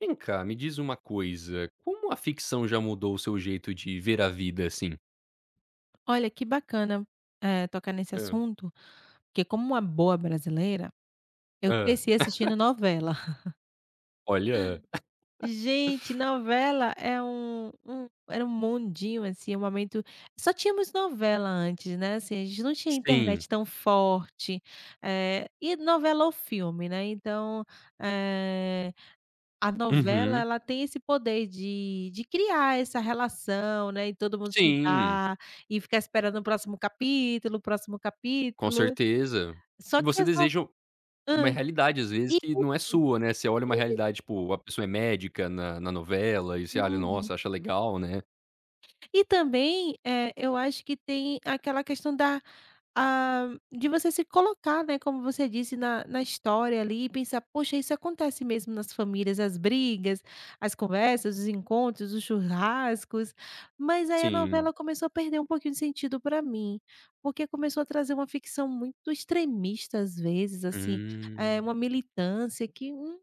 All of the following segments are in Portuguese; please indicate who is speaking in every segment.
Speaker 1: Vem cá, me diz uma coisa, como a ficção já mudou o seu jeito de ver a vida, assim?
Speaker 2: Olha, que bacana, tocar nesse
Speaker 1: Hã,
Speaker 2: assunto, porque como uma boa brasileira, eu
Speaker 1: hã,
Speaker 2: cresci assistindo novela.
Speaker 1: olha,
Speaker 2: Gente, novela era um mundinho, assim, um momento. Só tínhamos novela antes, né, assim, a gente não tinha
Speaker 1: sim,
Speaker 2: internet tão forte, e novela ou filme, né, então, eh a novela,
Speaker 1: uhum,
Speaker 2: ela tem esse poder de criar essa relação, né, e todo mundo
Speaker 1: sim,
Speaker 2: sentar e ficar esperando o próximo capítulo, o próximo
Speaker 1: com
Speaker 2: capítulo.
Speaker 1: certeza.
Speaker 2: Só
Speaker 1: E
Speaker 2: que
Speaker 1: você
Speaker 2: as no
Speaker 1: deseja uma
Speaker 2: Hã.
Speaker 1: realidade, às vezes, que não é sua, né? Você olha uma
Speaker 2: Isso.
Speaker 1: realidade, tipo, a pessoa é médica na novela e você olha,
Speaker 2: Uhum.
Speaker 1: nossa, acha legal, né.
Speaker 2: E também, eu acho que tem aquela questão da. Ah, de você se colocar, né, como você disse, na história ali e pensar: "Poxa, isso acontece mesmo nas famílias, as brigas, as conversas, os encontros, os churrascos". Mas aí a
Speaker 1: Sim,
Speaker 2: novela começou a perder um pouquinho de sentido para mim, porque começou a trazer uma ficção muito extremista às vezes, assim,
Speaker 1: hum,
Speaker 2: uma militância que.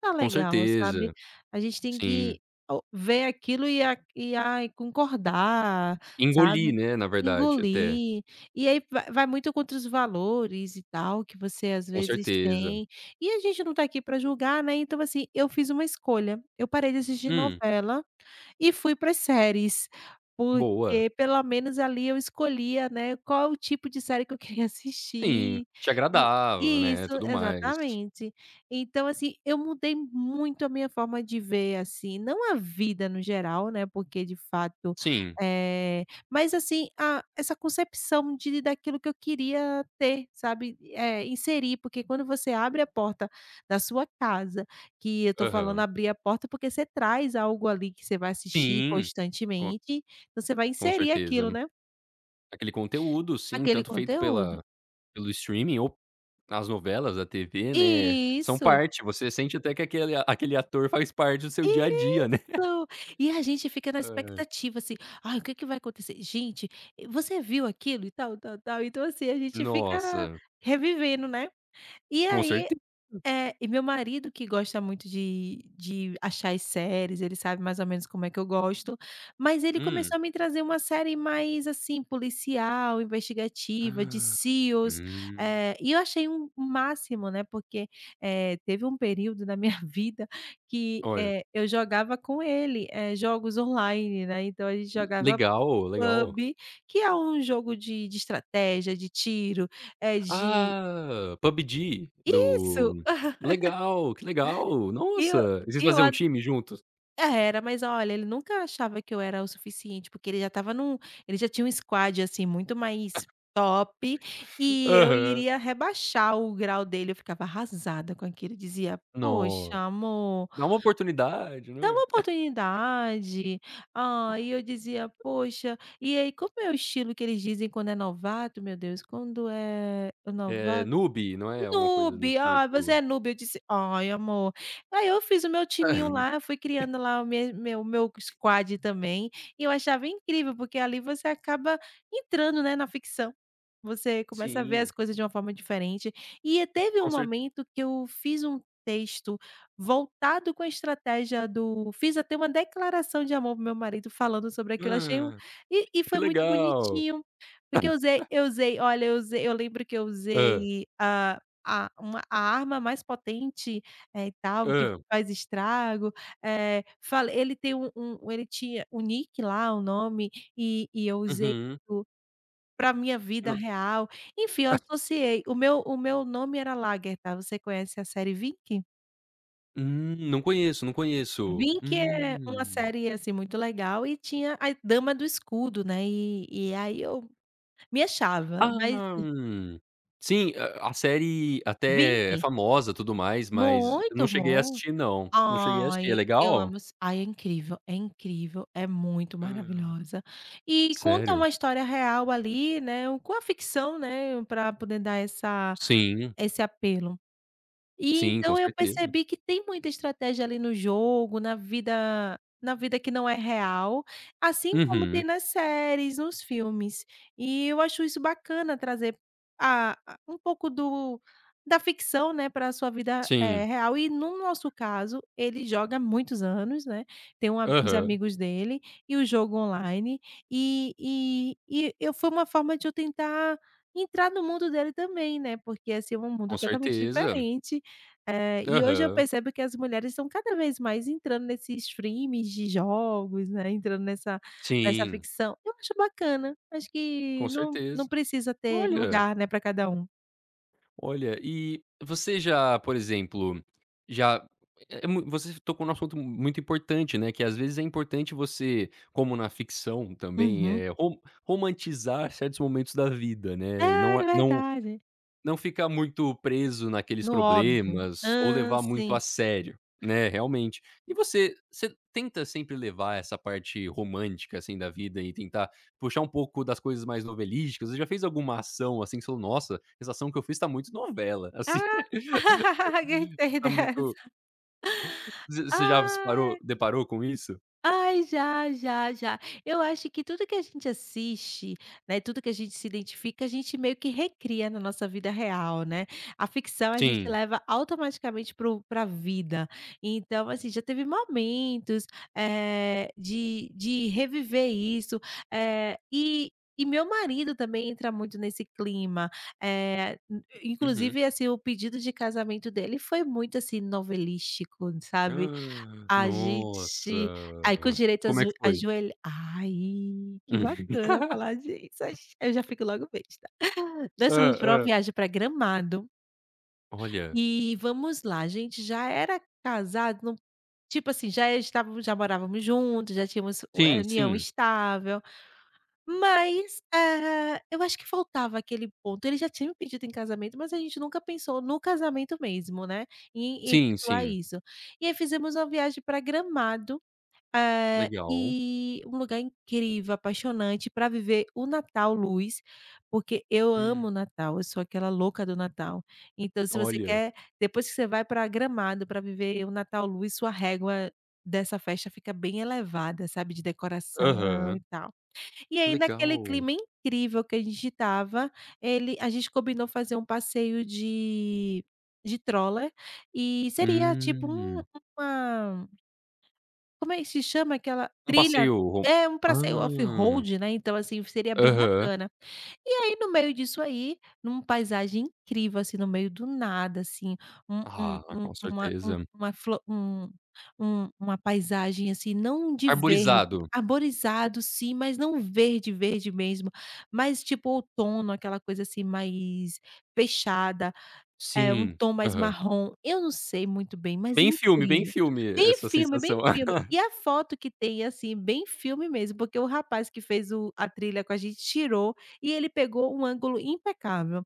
Speaker 2: Tá
Speaker 1: com
Speaker 2: legal,
Speaker 1: certeza,
Speaker 2: sabe. A gente tem
Speaker 1: sim.
Speaker 2: que o ver aquilo e, a e ai, concordar,
Speaker 1: Engolir,
Speaker 2: sabe,
Speaker 1: né, na verdade, até.
Speaker 2: engolir. E aí vai muito contra os valores e tal que você às
Speaker 1: Com
Speaker 2: vezes
Speaker 1: certeza.
Speaker 2: tem. E a gente não tá aqui pra julgar, né, então assim, eu fiz uma escolha, eu parei de assistir
Speaker 1: Hum,
Speaker 2: novela e fui para as séries,
Speaker 1: boa.
Speaker 2: porque pelo menos ali eu escolhia, né, qual o tipo de série que eu queria
Speaker 1: Sim,
Speaker 2: assistir
Speaker 1: te
Speaker 2: e
Speaker 1: agradava,
Speaker 2: isso,
Speaker 1: né, tudo mais.
Speaker 2: exatamente. Então, assim, eu mudei muito a minha forma de ver, assim, não a vida no geral, né, porque de fato,
Speaker 1: Sim,
Speaker 2: eh, mas assim, a essa concepção de daquilo que eu queria ter, sabe, inserir, porque quando você abre a porta da sua casa, que eu tô falando
Speaker 1: aham.
Speaker 2: abrir a porta, porque você traz algo ali que você vai assistir
Speaker 1: Sim, com
Speaker 2: constantemente, então você vai
Speaker 1: com
Speaker 2: inserir
Speaker 1: certeza.
Speaker 2: aquilo, né,
Speaker 1: Aquele conteúdo, sim,
Speaker 2: aquele
Speaker 1: tanto feito
Speaker 2: conteúdo.
Speaker 1: pela pelo streaming ou as novelas da TV, né, são
Speaker 2: Isso,
Speaker 1: parte, você sente até que aquele ator faz parte do seu dia a dia, né.
Speaker 2: isso. E a gente fica na
Speaker 1: Hã.
Speaker 2: expectativa, assim: "Ai, o que que vai acontecer? Gente, você viu aquilo e tal, tal, tal". Então, assim, a gente fica
Speaker 1: Nossa,
Speaker 2: revivendo, né. E
Speaker 1: com
Speaker 2: aí.
Speaker 1: certe
Speaker 2: É, e meu marido, que gosta muito de achar as séries, ele sabe mais ou menos como é que eu gosto, mas ele
Speaker 1: hum.
Speaker 2: começou a me trazer uma série mais, assim, policial, investigativa, de SEALs,
Speaker 1: Hum.
Speaker 2: e eu achei o máximo, né, porque, teve um período na minha vida que,
Speaker 1: Olha,
Speaker 2: eu jogava com ele, jogos online, né, então a gente jogava
Speaker 1: legal, legal.
Speaker 2: pub, que é um jogo de estratégia, de tiro, é de
Speaker 1: Ah, PUBG
Speaker 2: isso.
Speaker 1: do legal, que legal,
Speaker 2: e eu
Speaker 1: nossa, e vocês
Speaker 2: e eu
Speaker 1: faziam um time juntos?
Speaker 2: É, era, mas olha, ele nunca achava que eu era o suficiente, porque ele já estava num. Ele já tinha um squad, assim, muito mais top, e eu
Speaker 1: Aham.
Speaker 2: iria rebaixar o grau dele, eu ficava arrasada com aquilo, eu dizia: "Poxa,
Speaker 1: No
Speaker 2: amor,
Speaker 1: Dá uma oportunidade,
Speaker 2: dá
Speaker 1: né.
Speaker 2: uma oportunidade". Ah, e eu dizia: "Poxa", e aí, como é o estilo que eles dizem quando é novato, meu Deus, quando é o
Speaker 1: É
Speaker 2: novato.
Speaker 1: Nube, não é, alguma coisa do
Speaker 2: Noob. "Ai, você
Speaker 1: tipo?
Speaker 2: é noob", eu disse: "Ai, amor". Aí eu fiz o meu timinho lá, fui criando lá o meu squad também, e eu achava incrível, porque ali você acaba entrando, né, na ficção. Você começa a ver
Speaker 1: Sim,
Speaker 2: as coisas de uma forma diferente. E teve
Speaker 1: com
Speaker 2: um
Speaker 1: certe
Speaker 2: momento que eu fiz um texto voltado com a estratégia do. Fiz até uma declaração de amor para o meu marido falando sobre aquilo, achei um.
Speaker 1: ah,
Speaker 2: E
Speaker 1: que
Speaker 2: foi muito
Speaker 1: legal.
Speaker 2: bonitinho, porque eu usei olha, eu lembro que eu
Speaker 1: Hã,
Speaker 2: usei, hã a arma mais potente, e tal, que
Speaker 1: hã,
Speaker 2: faz estrago, falei, ele tem ele tinha o nick lá, o nome, e eu usei
Speaker 1: uhum.
Speaker 2: para minha vida
Speaker 1: Não
Speaker 2: real. Enfim, eu associei. O meu nome era Lagertha. Você conhece a série Vikking?
Speaker 1: não conheço, não conheço.
Speaker 2: Vikking é uma
Speaker 1: Hum.
Speaker 2: série, assim, muito legal, e tinha a Dama do Escudo, né, e aí eu me achava, mas
Speaker 1: Ah, sim, a série até é
Speaker 2: Vikking,
Speaker 1: famosa, tudo mais, mas eu não
Speaker 2: muito
Speaker 1: cheguei a
Speaker 2: bom.
Speaker 1: assistir não, não cheguei a assistir. É
Speaker 2: Ai, eu
Speaker 1: legal?
Speaker 2: amo s ai, é incrível, é incrível, é muito
Speaker 1: Hã,
Speaker 2: maravilhosa. E conta
Speaker 1: sério?
Speaker 2: uma história real ali, né, o com a ficção, né, para poder dar essa
Speaker 1: Sim,
Speaker 2: esse apelo. E
Speaker 1: sim, com
Speaker 2: então eu
Speaker 1: certeza.
Speaker 2: percebi que tem muita estratégia ali no jogo, na vida que não é real, assim como tem
Speaker 1: Uhum,
Speaker 2: nas séries, nos filmes. E eu acho isso bacana, trazer a um pouco do da ficção, né, pra sua vida,
Speaker 1: sim.
Speaker 2: real. E no nosso caso, ele joga há muitos anos, né, tem um a os
Speaker 1: Aham,
Speaker 2: amigos dele e o jogo online, e eu, foi uma forma de eu tentar entrar no mundo dele também, né, porque, assim, é um
Speaker 1: com
Speaker 2: mundo totalmente
Speaker 1: certeza.
Speaker 2: diferente. E hoje eu
Speaker 1: Aham,
Speaker 2: percebo que as mulheres estão cada vez mais entrando nesses streamings de jogos, né, entrando nessa
Speaker 1: sim,
Speaker 2: ficção. Eu acho bacana, acho
Speaker 1: com
Speaker 2: que não
Speaker 1: certeza.
Speaker 2: não precisa ter
Speaker 1: Olha!
Speaker 2: lugar, né, para cada um.
Speaker 1: Olha, e você já, por exemplo, já é mui você tocou num assunto muito importante, né, que às vezes é importante você, como na ficção também,
Speaker 2: Uhum.
Speaker 1: é ro romantizar certos momentos da vida, né, e
Speaker 2: É,
Speaker 1: não a não
Speaker 2: verdade.
Speaker 1: não ficar muito preso naqueles
Speaker 2: No óbvio.
Speaker 1: problemas ou
Speaker 2: Hã,
Speaker 1: levar muito
Speaker 2: sim.
Speaker 1: a sério, né, realmente. E você tenta sempre levar essa parte romântica, assim, da vida e tentar puxar um pouco das coisas mais novelísticas? Você já fez alguma ação, assim, que você falou: "Nossa, essa ação que eu fiz tá muito novela", assim,
Speaker 2: Ah, gostei
Speaker 1: tá muito
Speaker 2: dessa.
Speaker 1: você já se parou
Speaker 2: Ah.
Speaker 1: deparou com isso?
Speaker 2: Ai, já, já, já. Eu acho que tudo que a gente assiste, né, tudo que a gente se identifica, a gente meio que recria na nossa vida real, né. A ficção a gente
Speaker 1: Sim.
Speaker 2: leva automaticamente para a vida. Então, assim, já teve momentos, de reviver isso, eh, e e meu marido também entra muito nesse clima, in
Speaker 1: Uhum.
Speaker 2: inclusive, assim, o pedido de casamento dele foi muito, assim, novelístico, sabe.
Speaker 1: Ah,
Speaker 2: A
Speaker 1: nossa!
Speaker 2: gente aí, com o direito,
Speaker 1: Como é
Speaker 2: azo
Speaker 1: que foi?
Speaker 2: ajoelha, ai, que
Speaker 1: Hã,
Speaker 2: bacana falar disso, ach eu já fico logo besta. Nós fomos pra uma
Speaker 1: hã.
Speaker 2: viagem pra Gramado,
Speaker 1: Olha.
Speaker 2: e vamos lá, a gente já era casado no, tipo assim, já morávamos juntos, já tínhamos
Speaker 1: Sim,
Speaker 2: união
Speaker 1: sim.
Speaker 2: estável, mas, eu acho que faltava aquele ponto, ele já tinha me pedido em casamento, mas a gente nunca pensou no casamento mesmo, né, em
Speaker 1: Sim,
Speaker 2: efetuar
Speaker 1: sim.
Speaker 2: isso. E aí fizemos uma viagem pra Gramado,
Speaker 1: Legal.
Speaker 2: e um lugar incrível, apaixonante para viver o Natal luz, porque eu
Speaker 1: Hum,
Speaker 2: amo o Natal, eu sou aquela louca do Natal. Então, se você
Speaker 1: olha.
Speaker 2: quer, depois que você vai para Gramado para viver o Natal luz, sua régua dessa festa fica bem elevada, sabe, de decoração
Speaker 1: Aham.
Speaker 2: e tal. E aí, naquele
Speaker 1: Legal.
Speaker 2: clima incrível que a gente estava, ele a gente combinou fazer um passeio de Stroller, e seria tipo um
Speaker 1: Hum.
Speaker 2: uma como é que se chama aquela
Speaker 1: Um
Speaker 2: trilha?
Speaker 1: passeio rom
Speaker 2: É um passeio
Speaker 1: hã.
Speaker 2: off-road, né, então, assim, seria bem
Speaker 1: Aham.
Speaker 2: bacana. E aí, no meio disso aí, num paisagem incrível, assim, no meio do nada, assim, um um
Speaker 1: Ah, com
Speaker 2: um
Speaker 1: certeza.
Speaker 2: uma flo um uma paisagem, assim, não de verde,
Speaker 1: Arborizado.
Speaker 2: arborizado sim, mas não verde, verde mesmo, mas tipo outono, aquela coisa, assim, mais fechada. É, um
Speaker 1: Sim.
Speaker 2: tom mais
Speaker 1: Aham.
Speaker 2: marrom, eu não sei muito bem, mas é
Speaker 1: Bem
Speaker 2: incrível.
Speaker 1: filme
Speaker 2: Bem
Speaker 1: essa
Speaker 2: filme,
Speaker 1: sensação.
Speaker 2: bem filme. E a foto que tem, assim, bem filme mesmo, porque o rapaz que fez o a trilha com a gente tirou, e ele pegou um ângulo impecável.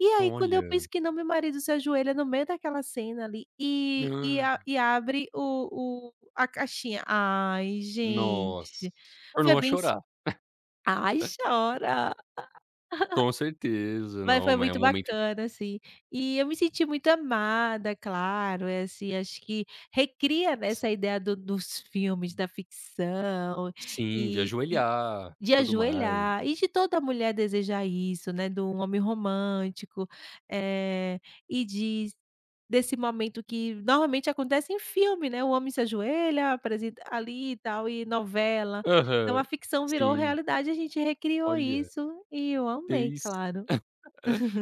Speaker 2: E aí, quando eu penso
Speaker 1: Olha.
Speaker 2: que não, meu marido se ajoelha no meio daquela cena ali, e e
Speaker 1: Hã.
Speaker 2: a e abre o a caixinha. Ai
Speaker 1: Nossa.
Speaker 2: gente, foi
Speaker 1: Tornou a
Speaker 2: bem s
Speaker 1: chorar.
Speaker 2: ai, chora.
Speaker 1: Com certeza.
Speaker 2: Mas
Speaker 1: Não,
Speaker 2: foi
Speaker 1: mas é um
Speaker 2: muito
Speaker 1: momento
Speaker 2: bacana, assim. E eu me senti muito amada, claro, é assim, acho que recria, né,
Speaker 1: s
Speaker 2: essa ideia do dos filmes, da ficção,
Speaker 1: sim, de
Speaker 2: e
Speaker 1: ajoelhar,
Speaker 2: de
Speaker 1: tudo mais.
Speaker 2: ajoelhar, e de toda mulher desejar isso, né, do homem romântico, eh, e de desse momento que normalmente acontece em filme, né, o homem se ajoelha, apresenta ali e tal, e novela. Então
Speaker 1: Aham.
Speaker 2: a ficção virou
Speaker 1: Sim.
Speaker 2: realidade, a gente recriou
Speaker 1: Olha,
Speaker 2: isso e eu
Speaker 1: que
Speaker 2: amei,
Speaker 1: isso.
Speaker 2: claro.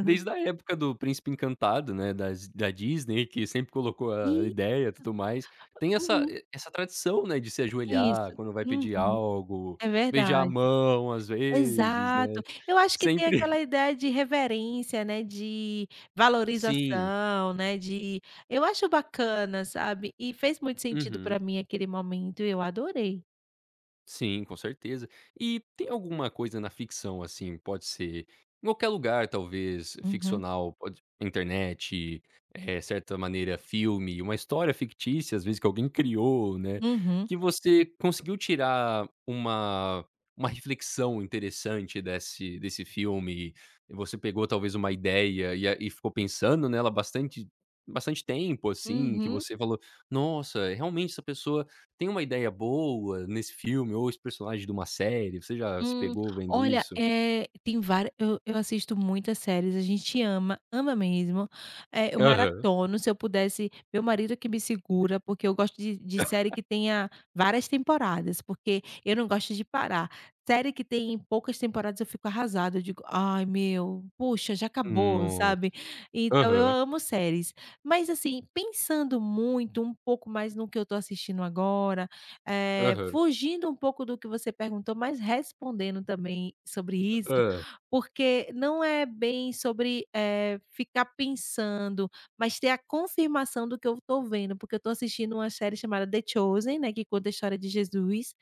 Speaker 1: Desde a época do Príncipe Encantado, né, das da Disney, que sempre colocou a
Speaker 2: E,
Speaker 1: ideia, e tudo mais, tem essa
Speaker 2: uhum,
Speaker 1: e essa tradição, né, de se ajoelhar
Speaker 2: isso.
Speaker 1: quando vai pedir
Speaker 2: Uhum,
Speaker 1: algo,
Speaker 2: é
Speaker 1: beijar a
Speaker 2: verdade.
Speaker 1: mão, às vezes, né,
Speaker 2: Exato. Eu acho que tem
Speaker 1: sempre
Speaker 2: aquela ideia de reverência, né, de
Speaker 1: sim,
Speaker 2: valorização, né, de, eu acho bacana, sabe, e fez muito sentido
Speaker 1: uhum.
Speaker 2: pra mim aquele momento e eu adorei.
Speaker 1: Sim, com certeza. E tem alguma coisa na ficção, assim, pode ser em qualquer lugar talvez,
Speaker 2: Uhum,
Speaker 1: ficcional, pode internet, certa maneira filme, uma história fictícia, às vezes que alguém criou, né,
Speaker 2: uhum,
Speaker 1: que você conseguiu tirar uma reflexão interessante desse filme, e você pegou talvez uma ideia e ficou pensando nela bastante bastante tempo, assim, que
Speaker 2: uhum.
Speaker 1: você falou: "Nossa, realmente essa pessoa tem uma ideia boa nesse filme ou esse personagem de uma série?" Você já se
Speaker 2: Hum,
Speaker 1: pegou vendo
Speaker 2: olha,
Speaker 1: isso?
Speaker 2: tem várias. Eu assisto muitas séries, a gente ama, ama mesmo. É, eu
Speaker 1: Aham.
Speaker 2: maratono, se eu pudesse. Meu marido que me segura, porque eu gosto de série que tenha várias temporadas, porque eu não gosto de parar. Série que tem poucas temporadas eu fico arrasada, eu digo: "Ai meu, puxa, já acabou",
Speaker 1: No
Speaker 2: sabe. Então eu
Speaker 1: Aham,
Speaker 2: amo séries. Mas assim, pensando muito, um pouco mais no que eu tô assistindo agora,
Speaker 1: aham.
Speaker 2: fugindo um pouco do que você perguntou, mas respondendo também sobre isso,
Speaker 1: Hã.
Speaker 2: porque não é bem sobre, ficar pensando, mas ter a confirmação do que eu estou vendo, porque eu estou assistindo uma série chamada The Chosen, né, que conta a história de Jesus,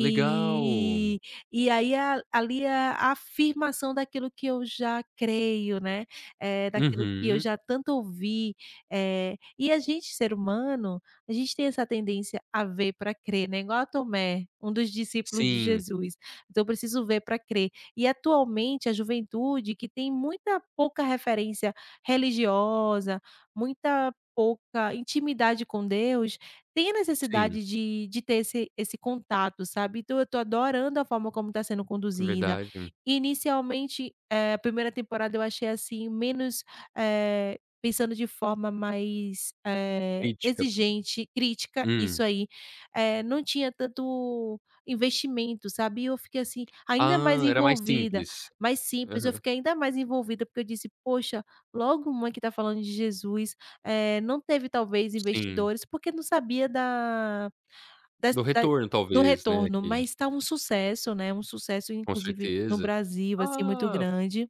Speaker 1: Legal.
Speaker 2: e aí a ali é a afirmação daquilo que eu já creio, né, daquilo que eu
Speaker 1: Uhum.
Speaker 2: já tanto ouvi, e a gente, ser humano, a gente tem essa tendência a ver para crer, né, igual a Tomé, um dos discípulos de
Speaker 1: Sim,
Speaker 2: Jesus. Então eu preciso ver para crer. E atualmente a juventude, que tem muita pouca referência religiosa, muita pouca intimidade com Deus, tem a
Speaker 1: sim,
Speaker 2: necessidade de ter esse contato, sabe. Então eu tô adorando a forma como está sendo conduzida.
Speaker 1: verdade.
Speaker 2: Inicialmente, a primeira temporada eu achei, assim, menos, eh pensando de forma mais,
Speaker 1: Crítica.
Speaker 2: exigente, crítica, isso
Speaker 1: Hum.
Speaker 2: aí, não tinha tanto investimento, sabe. E eu fiquei, assim, ainda mais
Speaker 1: Ah, era mais
Speaker 2: envolvida,
Speaker 1: simples.
Speaker 2: mais simples, eu
Speaker 1: Aham,
Speaker 2: fiquei ainda mais envolvida, porque eu disse: "Poxa, logo uma que está falando de Jesus, não teve talvez
Speaker 1: sim.
Speaker 2: investidores, porque não sabia da das
Speaker 1: Do
Speaker 2: da
Speaker 1: retorno
Speaker 2: do
Speaker 1: talvez, né,
Speaker 2: retorno",
Speaker 1: que
Speaker 2: mas está um sucesso, né, um sucesso
Speaker 1: com
Speaker 2: inclusive no
Speaker 1: certeza.
Speaker 2: Brasil, assim, muito
Speaker 1: Ah!
Speaker 2: grande.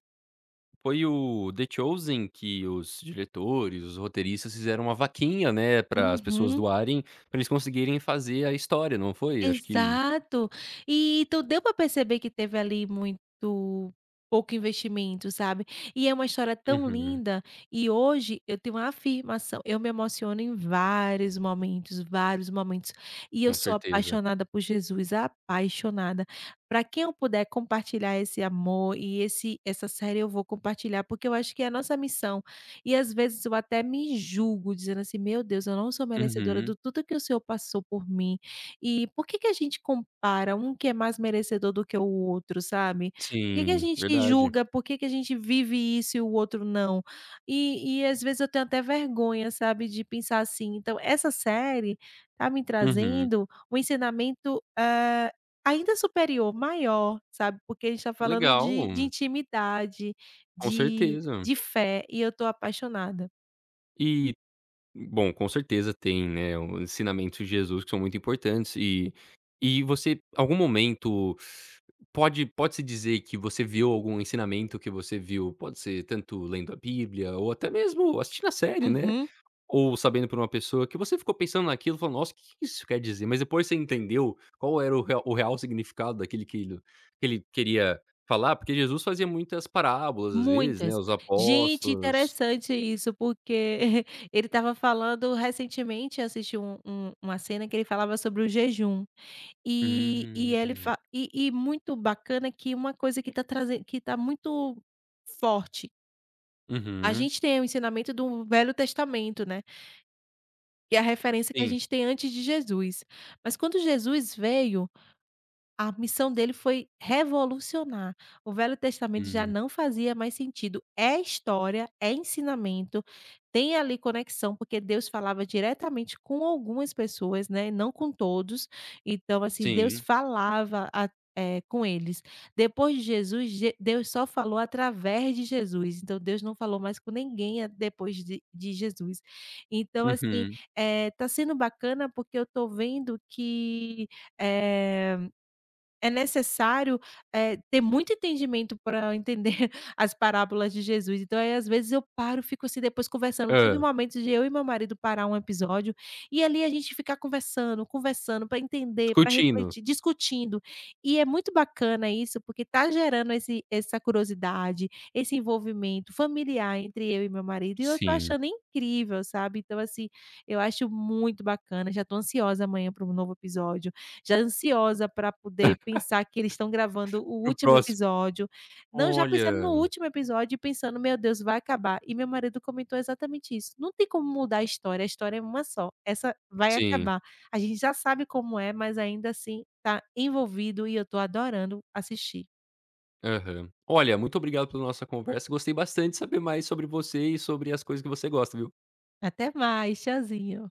Speaker 1: Foi o The Chosen que os diretores, os roteiristas fizeram uma vaquinha, né, para as pessoas
Speaker 2: Uhum.
Speaker 1: doarem, para eles conseguirem fazer a história, não foi? Acho que
Speaker 2: Exato. E então deu para perceber que teve ali muito pouco investimento, sabe. E é uma história tão
Speaker 1: Uhum,
Speaker 2: linda, e hoje eu tenho uma afirmação, eu me emociono em vários momentos, e eu
Speaker 1: com
Speaker 2: sou
Speaker 1: certeza.
Speaker 2: apaixonada por Jesus, apaixonada. Para quem eu puder compartilhar esse amor e esse essa série eu vou compartilhar, porque eu acho que é a nossa missão. E às vezes eu até me julgo dizendo assim: "Meu Deus, eu não sou merecedora
Speaker 1: Uhum.
Speaker 2: do tudo que o Senhor passou por mim". E por que que a gente compara um que é mais merecedor do que o outro, sabe? Por que que a
Speaker 1: Sim,
Speaker 2: gente
Speaker 1: verdade.
Speaker 2: julga, por que que a gente vive isso e o outro não? E às vezes eu tenho até vergonha, sabe, de pensar assim. Então essa série tá me
Speaker 1: Uhum.
Speaker 2: trazendo um ensinamento, ainda superior, maior, sabe, porque a gente está falando
Speaker 1: Legal,
Speaker 2: de intimidade,
Speaker 1: com
Speaker 2: de
Speaker 1: certeza.
Speaker 2: de fé, e eu tô apaixonada.
Speaker 1: E Bom, com certeza tem, né, os ensinamentos de Jesus que são muito importantes e você algum momento pode-se dizer que você viu algum ensinamento que você viu, pode ser tanto lendo a Bíblia ou até mesmo assistindo a série, né,
Speaker 2: Uhum.
Speaker 1: ou sabendo por uma pessoa que você ficou pensando naquilo, falou: "Nossa, o que que isso quer dizer?" Mas depois você entendeu qual era o real significado daquilo que ele queria falar, porque Jesus fazia muitas parábolas, às vezes, né,
Speaker 2: Muitas.
Speaker 1: os
Speaker 2: Gente,
Speaker 1: apóstolos.
Speaker 2: interessante isso, porque ele estava falando recentemente, eu assisti um uma cena que ele falava sobre o jejum, e
Speaker 1: Hum.
Speaker 2: ele fa e muito bacana que uma coisa que está trazendo que está muito forte, a
Speaker 1: Uhum.
Speaker 2: gente tem o ensinamento do Velho Testamento, né, que é a referência que a
Speaker 1: Sim.
Speaker 2: gente tem antes de Jesus. Mas quando Jesus veio a missão dele foi revolucionar. O Velho Testamento já
Speaker 1: Hum,
Speaker 2: não fazia mais sentido. É história, é ensinamento, tem ali conexão, porque Deus falava diretamente com algumas pessoas, né, não com todos. Então, assim, Deus
Speaker 1: sim.
Speaker 2: falava a com eles. Depois de Jesus, Je Deus só falou através de Jesus, então Deus não falou mais com ninguém a depois de Jesus. Então, assim,
Speaker 1: Uhum.
Speaker 2: tá sendo bacana porque eu tô vendo que, eh é necessário, ter muito entendimento para entender as parábolas de Jesus. Então, aí, às vezes, eu paro, fico, assim, depois conversando. Teve um
Speaker 1: Hã.
Speaker 2: momento de eu e meu marido parar um episódio e, ali, a gente ficar conversando, conversando para entender, para
Speaker 1: Discutindo.
Speaker 2: refletir, discutindo. E é muito bacana isso, porque tá gerando esse essa curiosidade, esse envolvimento familiar entre eu e meu marido, e eu tô
Speaker 1: Sim.
Speaker 2: achando incrível, sabe. Então, assim, eu acho muito bacana, já tô ansiosa amanhã para um novo episódio, já ansiosa para poder pensar que eles estão gravando o
Speaker 1: Para o
Speaker 2: último
Speaker 1: próximo.
Speaker 2: episódio, não, já pensando no
Speaker 1: Olha.
Speaker 2: último episódio e pensando: "Meu Deus, vai acabar". E meu marido comentou exatamente isso: "Não tem como mudar a história é uma só, essa vai
Speaker 1: Sim.
Speaker 2: acabar. A gente já sabe como é, mas ainda assim tá envolvido e eu tô adorando assistir".
Speaker 1: Aham. Olha, muito obrigado pela nossa conversa, gostei bastante de saber mais sobre você e sobre as coisas que você gosta, viu.
Speaker 2: Até mais, tchauzinho.